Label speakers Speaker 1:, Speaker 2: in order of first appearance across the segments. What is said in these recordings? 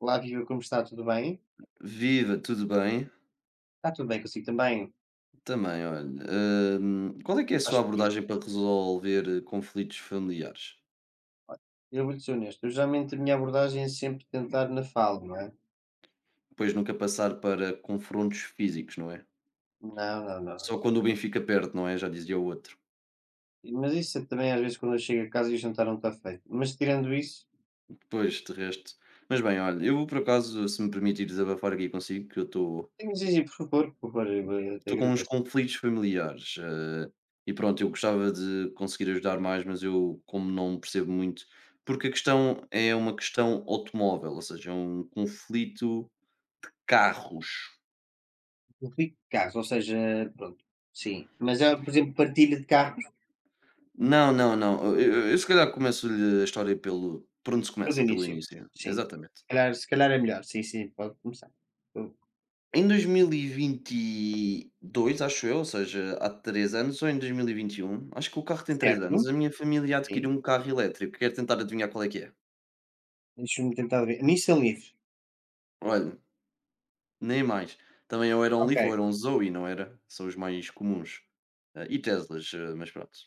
Speaker 1: Olá, viva, como está? Tudo bem?
Speaker 2: Viva, tudo bem?
Speaker 1: Está tudo bem consigo também?
Speaker 2: Também, olha, qual é que é a sua
Speaker 1: Acho por isso.
Speaker 2: abordagem para resolver conflitos familiares?
Speaker 1: Eu vou-te ser honesto. Eu, geralmente, a minha abordagem é sempre tentar na fala, não é?
Speaker 2: Depois nunca passar para confrontos físicos, não é?
Speaker 1: Não, não,
Speaker 2: Só
Speaker 1: não.
Speaker 2: quando o bem fica perto, não é? Já dizia o outro.
Speaker 1: Mas isso é também, às vezes, quando eu chego a casa e o jantar não está feito. Mas, tirando isso,
Speaker 2: Pois, de resto. Mas bem, olha, eu por acaso, se me permitir desabafar aqui consigo, que eu estou
Speaker 1: tenho de dizer, por favor, eu até
Speaker 2: estou com uns
Speaker 1: agradeço.
Speaker 2: conflitos familiares. E pronto, eu gostava de conseguir ajudar mais, mas eu, como não percebo muito, porque a questão é uma questão automóvel, ou seja, é um conflito carros.
Speaker 1: Eu fico de casa, ou seja, pronto, sim. Mas, por exemplo, partilha de carros,
Speaker 2: Não, não, não. Eu se calhar começo-lhe a história pelo por onde se
Speaker 1: eu do
Speaker 2: começa, pelo
Speaker 1: início.
Speaker 2: início.
Speaker 1: Sim.
Speaker 2: Exatamente.
Speaker 1: Se calhar é melhor. Sim, sim, pode começar.
Speaker 2: Em 2022, acho eu, ou seja, há 3 anos ou em 2021, acho que o carro tem 3 anos,
Speaker 1: Certo?
Speaker 2: a minha família adquiriu
Speaker 1: Sim.
Speaker 2: um carro elétrico. Quero tentar adivinhar qual é que é?
Speaker 1: Deixa-me tentar ver. Nissan Leaf.
Speaker 2: Olha, nem mais. Também ou era um
Speaker 1: Ok.
Speaker 2: Leaf ou era um Zoe, não era? São os mais comuns. Ah, e Teslas, ah, mas pronto.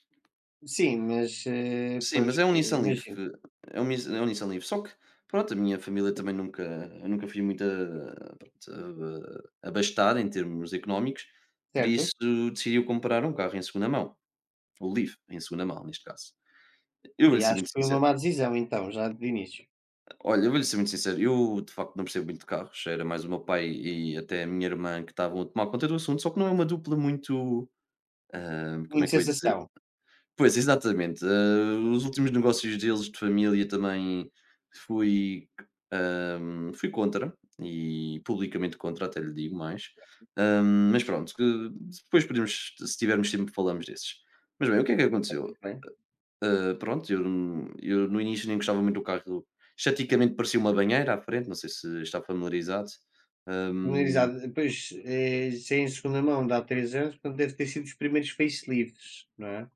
Speaker 1: Sim, mas,
Speaker 2: Sim,
Speaker 1: pois,
Speaker 2: mas é um Nissan Leaf,
Speaker 1: imagino,
Speaker 2: é um Nis é um Nissan Leaf, só que, pronto, a minha família também nunca eu nunca fui muito a pronto, a abastada em termos económicos, por
Speaker 1: certo?
Speaker 2: isso decidiu comprar um carro em segunda mão, o Leaf, em segunda mão, neste caso. Eu vou-lhe
Speaker 1: E
Speaker 2: ser
Speaker 1: acho
Speaker 2: muito
Speaker 1: que foi uma
Speaker 2: sincero,
Speaker 1: má decisão então, já de início.
Speaker 2: olha, eu vou-lhe ser muito sincero, eu de facto não percebo muito de carros, era mais o meu pai e até a minha irmã que estavam a tomar conta do assunto, só que não é uma dupla muito, como é
Speaker 1: Muita
Speaker 2: que eu ia dizer?
Speaker 1: sensação,
Speaker 2: Pois, exatamente. Os últimos negócios deles de família também fui, fui contra e publicamente contra, até lhe digo mais. Mas pronto, que depois podemos, se tivermos tempo, falamos desses. Mas bem, o que é que aconteceu?
Speaker 1: muito bem.
Speaker 2: Pronto, eu no início nem gostava muito do carro. Esteticamente parecia uma banheira à frente, não sei se está familiarizado. Hum,
Speaker 1: Familiarizado, depois saí em segunda mão dá 3 anos, portanto deve ter sido os primeiros facelifts, não é?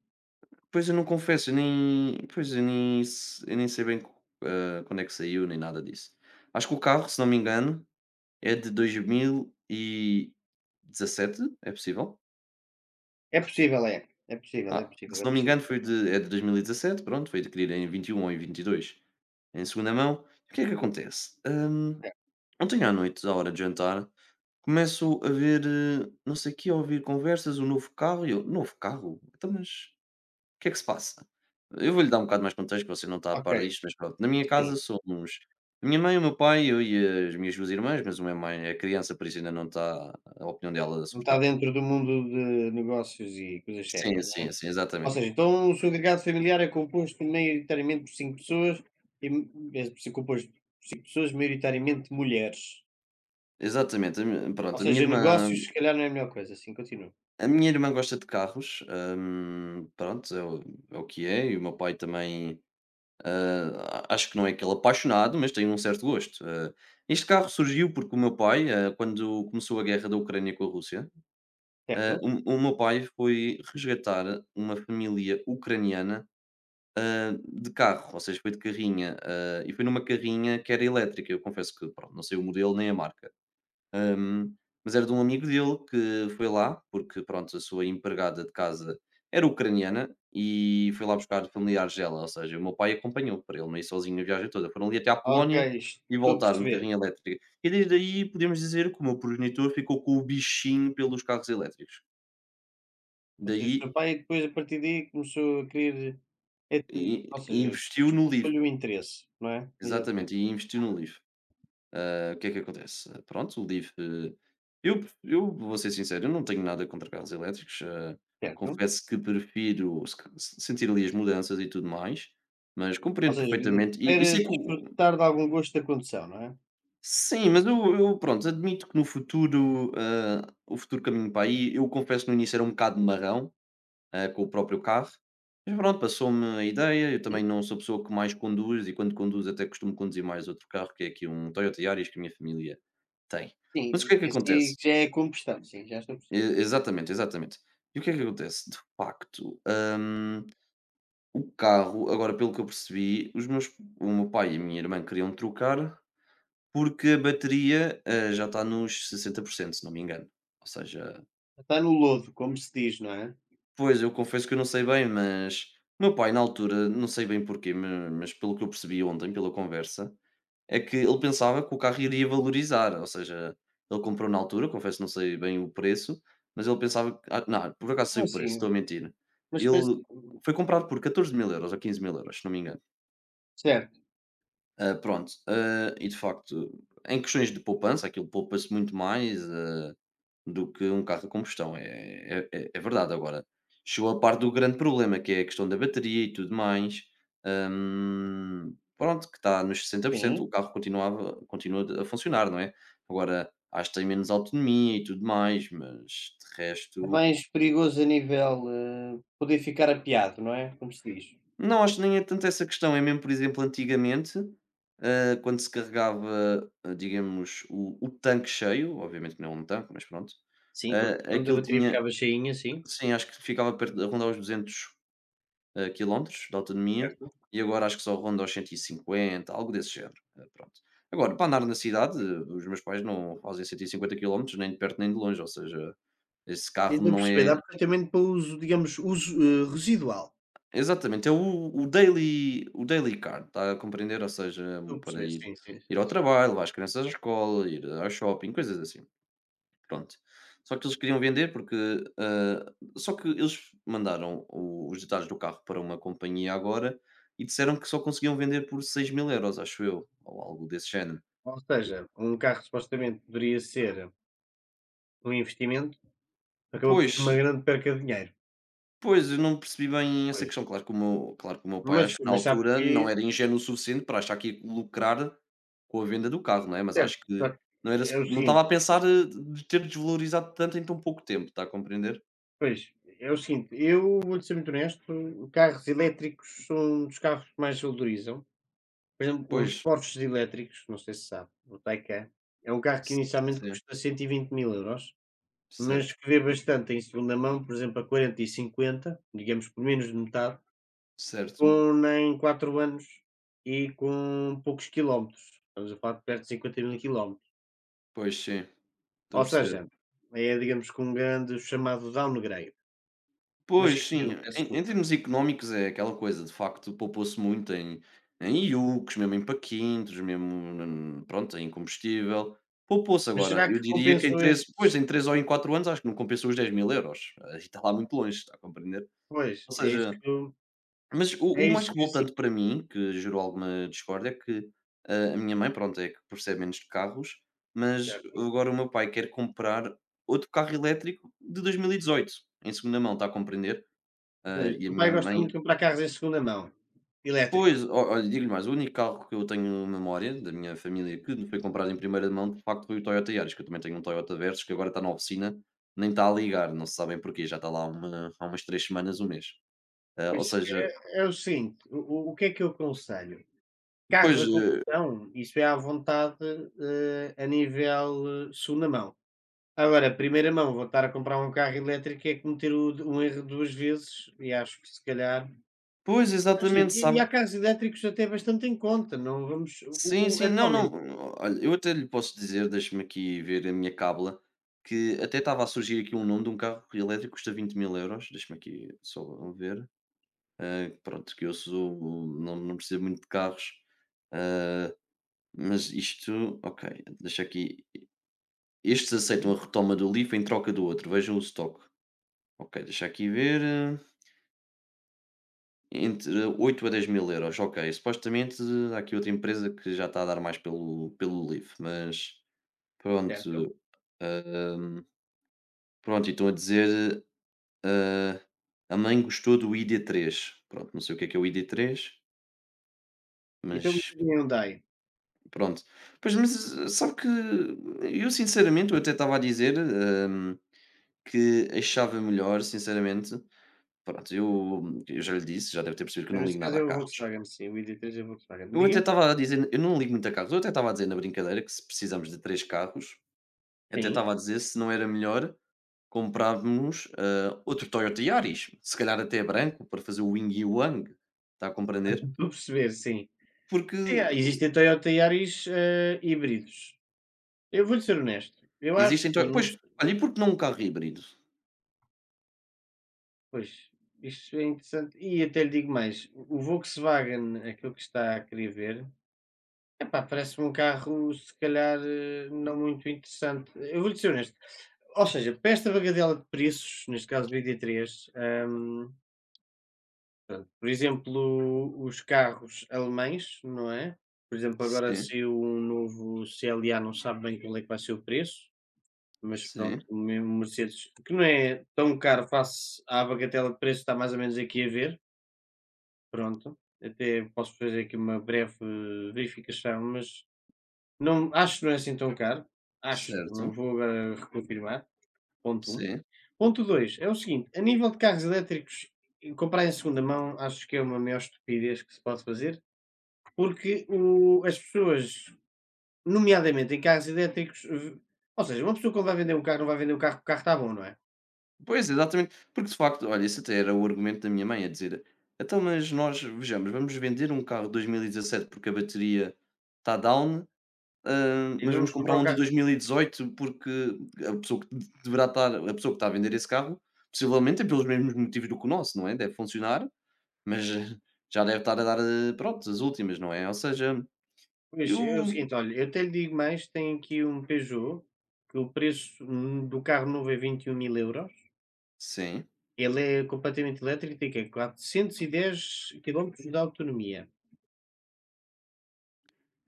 Speaker 2: Pois eu não confesso, eu nem pois eu nem se eu nem sei bem, quando é que saiu nem nada disso. Acho que o carro, se não me engano, é de 2017, é possível?
Speaker 1: É possível, é. É possível, é
Speaker 2: Ah,
Speaker 1: possível,
Speaker 2: se
Speaker 1: é
Speaker 2: não me engano
Speaker 1: possível.
Speaker 2: foi de é de 2017, pronto, foi adquirido em 21 ou em 22, em segunda mão. O que é que acontece? Ontem à noite, à hora de jantar, começo a ver, não sei o quê, a ouvir conversas, o novo carro e eu: "Novo carro? Então mas o que é que se passa? Eu vou-lhe dar um bocado mais contexto, que você não está a
Speaker 1: Ok,
Speaker 2: par disto, mas pronto. Na minha casa
Speaker 1: sim.
Speaker 2: somos a minha mãe, o meu pai, eu e as minhas 2 irmãs, mas a minha mãe é criança, por isso ainda não está a opinião dela
Speaker 1: Não
Speaker 2: sobre cá.
Speaker 1: está dentro do mundo de negócios e coisas
Speaker 2: Sim,
Speaker 1: sérias, não
Speaker 2: sim,
Speaker 1: é?
Speaker 2: sim,
Speaker 1: Ou
Speaker 2: exatamente.
Speaker 1: seja, então o seu agregado familiar é composto maioritariamente por 5 pessoas, e m é composto por 5 pessoas, maioritariamente mulheres.
Speaker 2: Exatamente, a mi
Speaker 1: Ou
Speaker 2: pronto,
Speaker 1: seja, negócios se calhar não é a melhor coisa, assim continua,
Speaker 2: a minha irmã gosta de carros, pronto, é o que é, e o meu pai também, hã, acho que não é aquele apaixonado, mas tem um certo gosto. Este carro surgiu porque o meu pai, quando começou a guerra da Ucrânia com a Rússia, ah,
Speaker 1: certo?
Speaker 2: o meu pai foi resgatar uma família ucraniana, ah, de carro, ou seja, foi de carrinha, ah, e foi numa carrinha que era elétrica. Eu confesso que, pronto, não sei o modelo nem a marca. Ahm, mas era de um amigo dele que foi lá, porque, pronto, a sua empregada de casa era ucraniana e foi lá buscar familiares dela. Ou seja, o meu pai acompanhou para ele não ir sozinho a viagem toda. Foram ali até à
Speaker 1: Ok,
Speaker 2: Polónia e
Speaker 1: estou a
Speaker 2: voltaram de
Speaker 1: perceber.
Speaker 2: carrinha elétrica. E desde aí podemos dizer que o meu progenitor ficou com o bichinho pelos carros elétricos.
Speaker 1: Ou seja, o seu
Speaker 2: Daí
Speaker 1: pai depois a partir daí começou a querer, eh, te
Speaker 2: i
Speaker 1: ou seja,
Speaker 2: investiu no
Speaker 1: despontou
Speaker 2: LIV,
Speaker 1: lhe o interesse, não é? Exatamente,
Speaker 2: exatamente, e
Speaker 1: sim,
Speaker 2: investiu no LIV. Ah, o que é que acontece? Ah, pronto, o LIV, eu vou ser sincero, eu não tenho nada contra carros elétricos, ah,
Speaker 1: certo.
Speaker 2: confesso que prefiro se sentir ali as mudanças e tudo mais, mas
Speaker 1: Ou
Speaker 2: compreendo
Speaker 1: seja, ele
Speaker 2: perfeitamente e
Speaker 1: prefere
Speaker 2: sei que o
Speaker 1: desfrutar de algum gosto da condução, não é?
Speaker 2: sim, mas eu pronto, admito que no futuro, ah, o futuro caminho para aí, eu confesso que no início era um bocado marrão, com o próprio carro. Mas pronto, passou-me a ideia. Eu também
Speaker 1: Sim,
Speaker 2: não sou a pessoa que mais conduz e quando conduz até costumo conduzir mais outro carro, que é aqui um Toyota Yaris que a minha família tem. Mas o que
Speaker 1: sim,
Speaker 2: é que
Speaker 1: esse aí
Speaker 2: acontece?
Speaker 1: já é combustão, sim, já estou a perceber.
Speaker 2: Exatamente, exatamente. E o que é que acontece? De facto, o carro, agora pelo que eu percebi, o meu pai e a minha irmã queriam trocar porque a bateria já está nos 60%, se não me engano. Ou seja,
Speaker 1: Já está no lodo, como se diz, não é?
Speaker 2: pois, eu confesso que eu não sei bem, mas o meu pai, na altura, não sei bem porquê, mas pelo que eu percebi ontem, pela conversa, é que ele pensava que o carro iria valorizar. Ou seja, ele comprou na altura, confesso que não sei bem o preço, mas ele pensava. Que- ah, não, por acaso sei
Speaker 1: Como
Speaker 2: o
Speaker 1: assim?
Speaker 2: preço, estou a mentir.
Speaker 1: Uma espécie,
Speaker 2: Ele foi comprado por 14 mil euros ou 15.000 euros, se não me engano.
Speaker 1: certo,
Speaker 2: Ah, pronto, ah, e de facto, em questões de poupança, aquilo poupa-se muito mais ah, do que um carro a combustão, é verdade. Agora, chegou a parte do grande problema, que é a questão da bateria e tudo mais. Pronto, que está nos 60% o
Speaker 1: sim.
Speaker 2: carro continua a funcionar, não é? Agora, acho que tem menos autonomia e tudo mais, mas de
Speaker 1: É
Speaker 2: resto.
Speaker 1: mais perigoso a nível, poder ficar apiado, não é? Como se diz.
Speaker 2: Não, acho que nem é tanto essa questão, é mesmo, por exemplo, antigamente, ah, quando se carregava, ah, digamos, o tanque cheio, obviamente que não é um tanque, mas pronto,
Speaker 1: Sim, quando
Speaker 2: ah,
Speaker 1: quando a
Speaker 2: aquilo
Speaker 1: bateria
Speaker 2: tinha,
Speaker 1: ficava cheinha, sim,
Speaker 2: sim, acho que ficava perto, a rondar os 200 ah, quilómetros de autonomia
Speaker 1: certo,
Speaker 2: e agora acho que só ronda aos 150, algo desse género. Ah, pronto. Agora, para andar na
Speaker 1: ok.
Speaker 2: cidade, ah, os meus pais não fazem 150 quilómetros nem de perto nem de longe, ou seja, esse carro
Speaker 1: Então
Speaker 2: não
Speaker 1: perceber, dá
Speaker 2: é.
Speaker 1: perfeitamente para uso, digamos, uso, residual.
Speaker 2: Exatamente, é o daily card, está a compreender? Ou seja,
Speaker 1: Estou a
Speaker 2: para
Speaker 1: perceber, sim, sim,
Speaker 2: ir
Speaker 1: sim.
Speaker 2: ao
Speaker 1: Sim.
Speaker 2: trabalho, levar as crianças à escola, ir ao shopping, coisas assim, pronto. Só que eles queriam vender porque, ah, só que eles mandaram o os detalhes do carro para uma companhia agora e disseram que só conseguiam vender por 6.000 euros acho eu, ou algo desse género.
Speaker 1: Ou seja, um carro supostamente poderia ser um investimento, acabou por
Speaker 2: Pois,
Speaker 1: ser uma grande perca de dinheiro,
Speaker 2: pois, eu não percebi bem essa
Speaker 1: pois.
Speaker 2: questão. Claro que o meu pai
Speaker 1: Mas
Speaker 2: acho que na
Speaker 1: mas sabe
Speaker 2: altura
Speaker 1: que,
Speaker 2: não era ingênuo o suficiente para achar que ia lucrar com a venda do carro, não é? Mas acho
Speaker 1: certo, só
Speaker 2: que
Speaker 1: que
Speaker 2: não era
Speaker 1: é o
Speaker 2: não estava
Speaker 1: seguinte,
Speaker 2: a pensar, de ter desvalorizado tanto em tão pouco tempo, está a compreender?
Speaker 1: pois, é o seguinte, eu vou-lhe ser muito honesto, carros elétricos são um dos carros que mais valorizam. Por exemplo, uns
Speaker 2: Pois,
Speaker 1: Porsches elétricos, não sei se sabe, o Taycan, é um carro que inicialmente
Speaker 2: sim,
Speaker 1: custa 120.000€, mas
Speaker 2: certo,
Speaker 1: que vê bastante em segunda mão, por exemplo, a 40 e 50, digamos por menos de metade,
Speaker 2: certo.
Speaker 1: com nem 4 anos e com poucos quilómetros. Estamos a falar de perto de 50.000 km.
Speaker 2: Pois sim, estou a
Speaker 1: Ou seja,
Speaker 2: perceber.
Speaker 1: é, digamos, com um grande chamado downgrade. Mas
Speaker 2: Pois,
Speaker 1: sim,
Speaker 2: sim,
Speaker 1: continua, peço
Speaker 2: em
Speaker 1: desculpa.
Speaker 2: termos económicos é aquela coisa, de facto poupou-se muito em iogurtes, mesmo em paquintos, mesmo na pronto, em combustível, poupou-se.
Speaker 1: Mas
Speaker 2: Agora,
Speaker 1: será
Speaker 2: eu
Speaker 1: que
Speaker 2: diria que
Speaker 1: compensou esses?
Speaker 2: em 3 ou em 4 anos acho que não compensou os 10.000€, aí está lá muito longe, está a compreender?
Speaker 1: Pois,
Speaker 2: Ou seja, mas o
Speaker 1: é
Speaker 2: o mais
Speaker 1: isso que eu sinto,
Speaker 2: revoltante para mim, que gerou alguma discórdia, é que a minha mãe, pronto, é que percebe menos de carros, mas
Speaker 1: certo?
Speaker 2: agora o meu pai quer comprar outro carro elétrico de 2018 em segunda mão, está a compreender?
Speaker 1: Ou
Speaker 2: Ah,
Speaker 1: seja, o
Speaker 2: e a
Speaker 1: teu pai
Speaker 2: minha
Speaker 1: gosta muito
Speaker 2: mãe
Speaker 1: de comprar carros em segunda mão, elétricos.
Speaker 2: pois, o olha, digo-lhe mais, o único carro que eu tenho memória da minha família que me foi comprado em primeira mão, de facto, foi o Toyota Yaris, que eu também tenho um Toyota Versus que agora está na oficina, nem está a ligar, não se sabem porquê, já está lá há umas 3 semanas, 1 mês. Ah, ou
Speaker 1: Pois, é
Speaker 2: seja
Speaker 1: é o seguinte, o que é que eu aconselho? Carros
Speaker 2: pois,
Speaker 1: a combustão, isso é à vontade, a nível, segunda mão. Agora, primeira mão, vou estar a comprar um carro elétrico é cometer o um erro 2 vezes, e acho que se calhar
Speaker 2: pois,
Speaker 1: é o
Speaker 2: exatamente,
Speaker 1: seguinte, e
Speaker 2: sabe
Speaker 1: há
Speaker 2: que
Speaker 1: carros elétricos até bastante em conta. Não vamos o
Speaker 2: sim, sim, não,
Speaker 1: atualmente,
Speaker 2: não, olha, eu até lhe posso dizer, deixe-me aqui ver a minha cábula, que até estava a surgir aqui um nome de um carro elétrico que custa 20.000 euros deixe-me aqui só ver. Ah, pronto, que eu sou não não percebo muito de carros, ah, mas isto ok, deixa aqui estes aceitam
Speaker 1: não,
Speaker 2: a retoma do LIF em troca do outro, vejam o estoque. Ok, deixa aqui ver, ah, entre 8 a 10.000€ ok, supostamente há aqui outra empresa que já está a dar mais pelo LIF, mas
Speaker 1: certo?
Speaker 2: pronto, hã, pronto, e estão a dizer, ah, "a mãe gostou do ID3", pronto, não sei o que é o ID3,
Speaker 1: Então,
Speaker 2: mas
Speaker 1: um Hyundai,
Speaker 2: pronto. Pois, mas sabe que eu sinceramente, eu até estava a dizer, que achava melhor, sinceramente pronto, eu já lhe disse, já deve ter percebido que eu não
Speaker 1: neste
Speaker 2: ligo nada
Speaker 1: caso
Speaker 2: a
Speaker 1: é o
Speaker 2: carros.
Speaker 1: Volkswagen, sim, o ID3 é o Volkswagen.
Speaker 2: Eu
Speaker 1: Diga?
Speaker 2: até estava a dizer, eu não ligo muito a carros, eu até estava a dizer na brincadeira que se precisamos de 3 carros, até
Speaker 1: Sim,
Speaker 2: estava a dizer se não era melhor comprarmos, outro Toyota Yaris, se calhar até é branco, para fazer o Wing e o yang, está a compreender?
Speaker 1: estou a perceber, sim.
Speaker 2: Porque
Speaker 1: Sim, há, existem Toyota Yaris, híbridos. Eu vou-lhe ser honesto, eu acho
Speaker 2: existem
Speaker 1: que
Speaker 2: to
Speaker 1: no
Speaker 2: pois,
Speaker 1: se
Speaker 2: olha, e por que não um carro híbrido?
Speaker 1: pois, isso é interessante, e até lhe digo mais, o Volkswagen, aquilo que está a querer ver, epá, parece-me um carro se calhar, não muito interessante. Eu vou-lhe ser honesto, ou seja, para esta bagadela de preços, neste caso BD3, hum, por exemplo, os carros alemães, não é? Por exemplo, agora,
Speaker 2: Sim.
Speaker 1: se um novo CLA, não sabe bem qual é que vai ser o preço. Mas pronto,
Speaker 2: Sim,
Speaker 1: o mesmo Mercedes, que não é tão caro face à bagatela de preço, está mais ou menos, aqui a ver, pronto. Até posso fazer aqui uma breve verificação, mas não, acho que não é assim tão caro. Acho, não
Speaker 2: certo,
Speaker 1: vou agora reconfirmar. Ponto um.
Speaker 2: sim.
Speaker 1: Ponto 2 é o seguinte, a nível de carros elétricos, comprar em segunda mão acho que é uma maior estupidez que se pode fazer, porque as pessoas, nomeadamente em carros elétricos, ou seja, uma pessoa quando vai vender um carro, não vai vender um carro porque o carro está bom, não é?
Speaker 2: Pois, exatamente, porque de facto, olha, isso até era o argumento da minha mãe a dizer: "Então, mas nós vejamos, vamos vender um carro de 2017 porque a bateria está down,
Speaker 1: E
Speaker 2: mas vamos
Speaker 1: vamos
Speaker 2: comprar
Speaker 1: comprar um
Speaker 2: um de
Speaker 1: carro.
Speaker 2: 2018 porque a pessoa que a pessoa que está a vender esse carro, possivelmente é pelos mesmos motivos do que o nosso, não é? Deve funcionar, mas já deve estar a dar, pronto, as últimas, não é?" Ou seja,
Speaker 1: Pois,
Speaker 2: eu
Speaker 1: é o seguinte, olha, eu até lhe digo mais, tem aqui um Peugeot, que o preço, do carro novo é 21.000€.
Speaker 2: sim,
Speaker 1: Ele é completamente elétrico, e tem quê, 410 km de autonomia.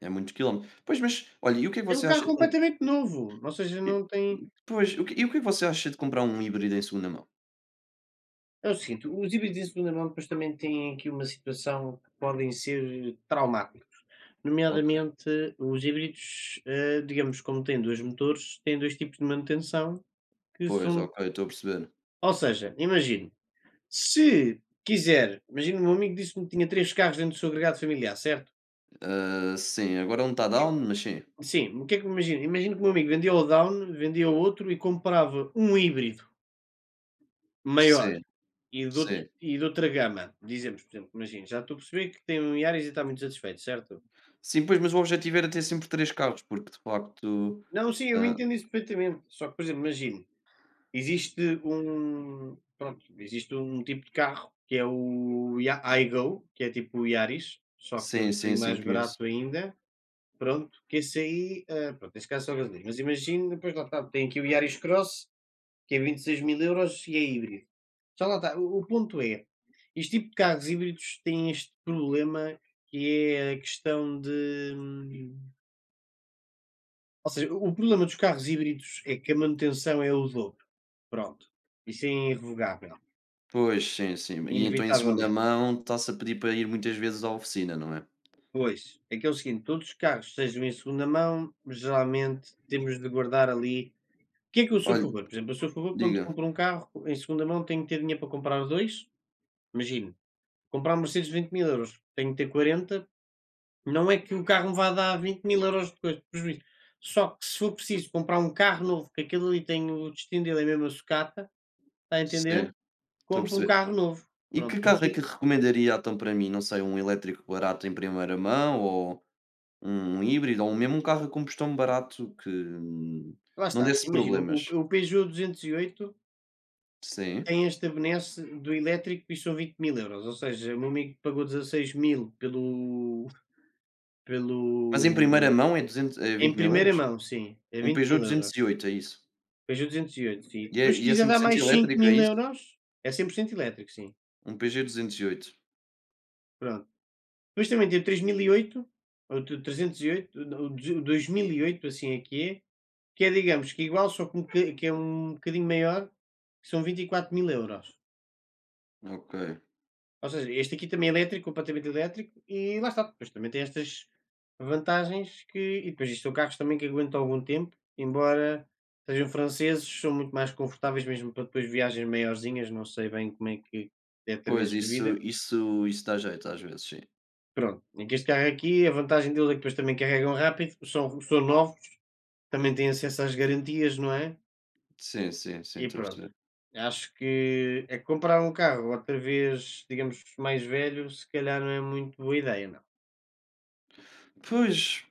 Speaker 2: é muitos quilómetros. Pois, mas olha, e o que é que
Speaker 1: É um
Speaker 2: você
Speaker 1: carro
Speaker 2: acha de
Speaker 1: completamente novo, ou seja, não tem,
Speaker 2: Pois, o que é que você acha de comprar um híbrido em segunda mão?
Speaker 1: é o seguinte, os híbridos de segunda mão depois também têm aqui uma situação, que podem ser traumáticos,
Speaker 2: Ok,
Speaker 1: nomeadamente os híbridos, digamos, como têm 2 motores, têm 2 tipos de manutenção, que
Speaker 2: pois,
Speaker 1: são,
Speaker 2: ok, estou a perceber.
Speaker 1: ou seja, imagine. Se quiser, imagina, o meu amigo disse-me que tinha 3 carros dentro do seu agregado familiar, certo?
Speaker 2: Ah, sim, agora um está
Speaker 1: Que
Speaker 2: down, mas sim.
Speaker 1: sim, o que é que imagina, que o meu amigo vendia o Down, vendia o outro e comprava um híbrido maior,
Speaker 2: Sim, sim.
Speaker 1: e de outra gama. Dizemos, por exemplo, imagina, já estou a perceber que tem um iaris e está muito satisfeito, certo?
Speaker 2: Sim, pois, mas o objetivo era ter sempre 3 carros, porque de facto,
Speaker 1: Não, sim, eu
Speaker 2: hã
Speaker 1: entendo isso perfeitamente. Só que, por exemplo, imagine, existe um pronto, existe um tipo de carro que é o Ya Aygo, que é tipo o iaris, só que é
Speaker 2: sim,
Speaker 1: um
Speaker 2: sim,
Speaker 1: bocadinho
Speaker 2: sim,
Speaker 1: mais
Speaker 2: conheço.
Speaker 1: barato ainda. Pronto, que esse aí, pronto, neste caso é só gasolina, mas imagina, depois lá está, tem aqui o Yaris Cross, que é 26.000€ e é híbrido. Já lá está, o ponto é, este tipo de carros híbridos tem este problema, que é a questão de, ou seja, o problema dos carros híbridos é que a manutenção é o dobro, pronto, isso é irrevogável,
Speaker 2: Pois, sim, sim. E então em segunda
Speaker 1: inevitavelmente.
Speaker 2: mão está-se a pedir para ir muitas vezes à oficina, não é?
Speaker 1: Pois, é que é o seguinte, todos os carros que sejam em segunda mão, geralmente temos de guardar ali. Que é que eu sou a
Speaker 2: Olha,
Speaker 1: favor? Por exemplo, eu sou a favor que quando
Speaker 2: diga.
Speaker 1: compro um carro em segunda mão, tenho que ter dinheiro para comprar dois. Imagino, comprar um Mercedes 20.000€, tenho que ter 40. Não é que o carro me vá dar 20.000€ de coisa, de prejuízo. Só que se for preciso comprar um carro novo, que aquele ali tem o destino dele é mesmo a sucata, está a
Speaker 2: Sim,
Speaker 1: entender?
Speaker 2: estou a
Speaker 1: Compro um
Speaker 2: perceber.
Speaker 1: carro novo.
Speaker 2: E
Speaker 1: Pronto,
Speaker 2: que carro é que
Speaker 1: dupli
Speaker 2: recomendaria então para mim? Não sei, um elétrico barato em primeira mão. Um híbrido ou mesmo um carro a combustão barato que
Speaker 1: lá
Speaker 2: não
Speaker 1: está,
Speaker 2: desse
Speaker 1: imagina, o
Speaker 2: problemas.
Speaker 1: o Peugeot 208
Speaker 2: Sim,
Speaker 1: tem esta benesse do elétrico e são 20.000€, ou seja, o meu amigo pagou 16.000. pelo pelo
Speaker 2: mas em primeira mão é 200 é
Speaker 1: Em
Speaker 2: vinte mil
Speaker 1: primeira
Speaker 2: euros
Speaker 1: mão, sim, é
Speaker 2: Um Peugeot
Speaker 1: 20.000€.
Speaker 2: 208, é isso?
Speaker 1: Depois o 208, sim. Depois se
Speaker 2: É
Speaker 1: quiser
Speaker 2: cem por
Speaker 1: dar
Speaker 2: cento
Speaker 1: mais cinco
Speaker 2: elétrico, é
Speaker 1: mil
Speaker 2: isso?
Speaker 1: euros. É 100% elétrico, sim.
Speaker 2: Um Peugeot 208,
Speaker 1: Pronto. Depois também tem o 3008, ou t 308, o 2008, assim aqui é que é, digamos, que é igual, só que um boca que é um bocadinho maior, que são 24.000€.
Speaker 2: ok.
Speaker 1: Ou seja, este aqui também é elétrico, completamente elétrico, e lá está. Depois também tem estas vantagens que e depois isto são carros também que aguentam algum tempo, embora sejam franceses, são muito mais confortáveis mesmo para depois viagens maiorzinhas, não sei bem como é que é também a
Speaker 2: Pois,
Speaker 1: sua
Speaker 2: isso
Speaker 1: vida.
Speaker 2: isso isso dá jeito às vezes, sim.
Speaker 1: Pronto, é que este carro aqui, a vantagem dele é que depois também carregam rápido, são novos, também têm acesso às garantias, não é?
Speaker 2: Sim, sim, sim,
Speaker 1: E
Speaker 2: estou a
Speaker 1: pronto,
Speaker 2: perceber.
Speaker 1: acho que é que comprar um carro outra vez, digamos, mais velho, se calhar não é muito boa ideia, não é?
Speaker 2: Pois,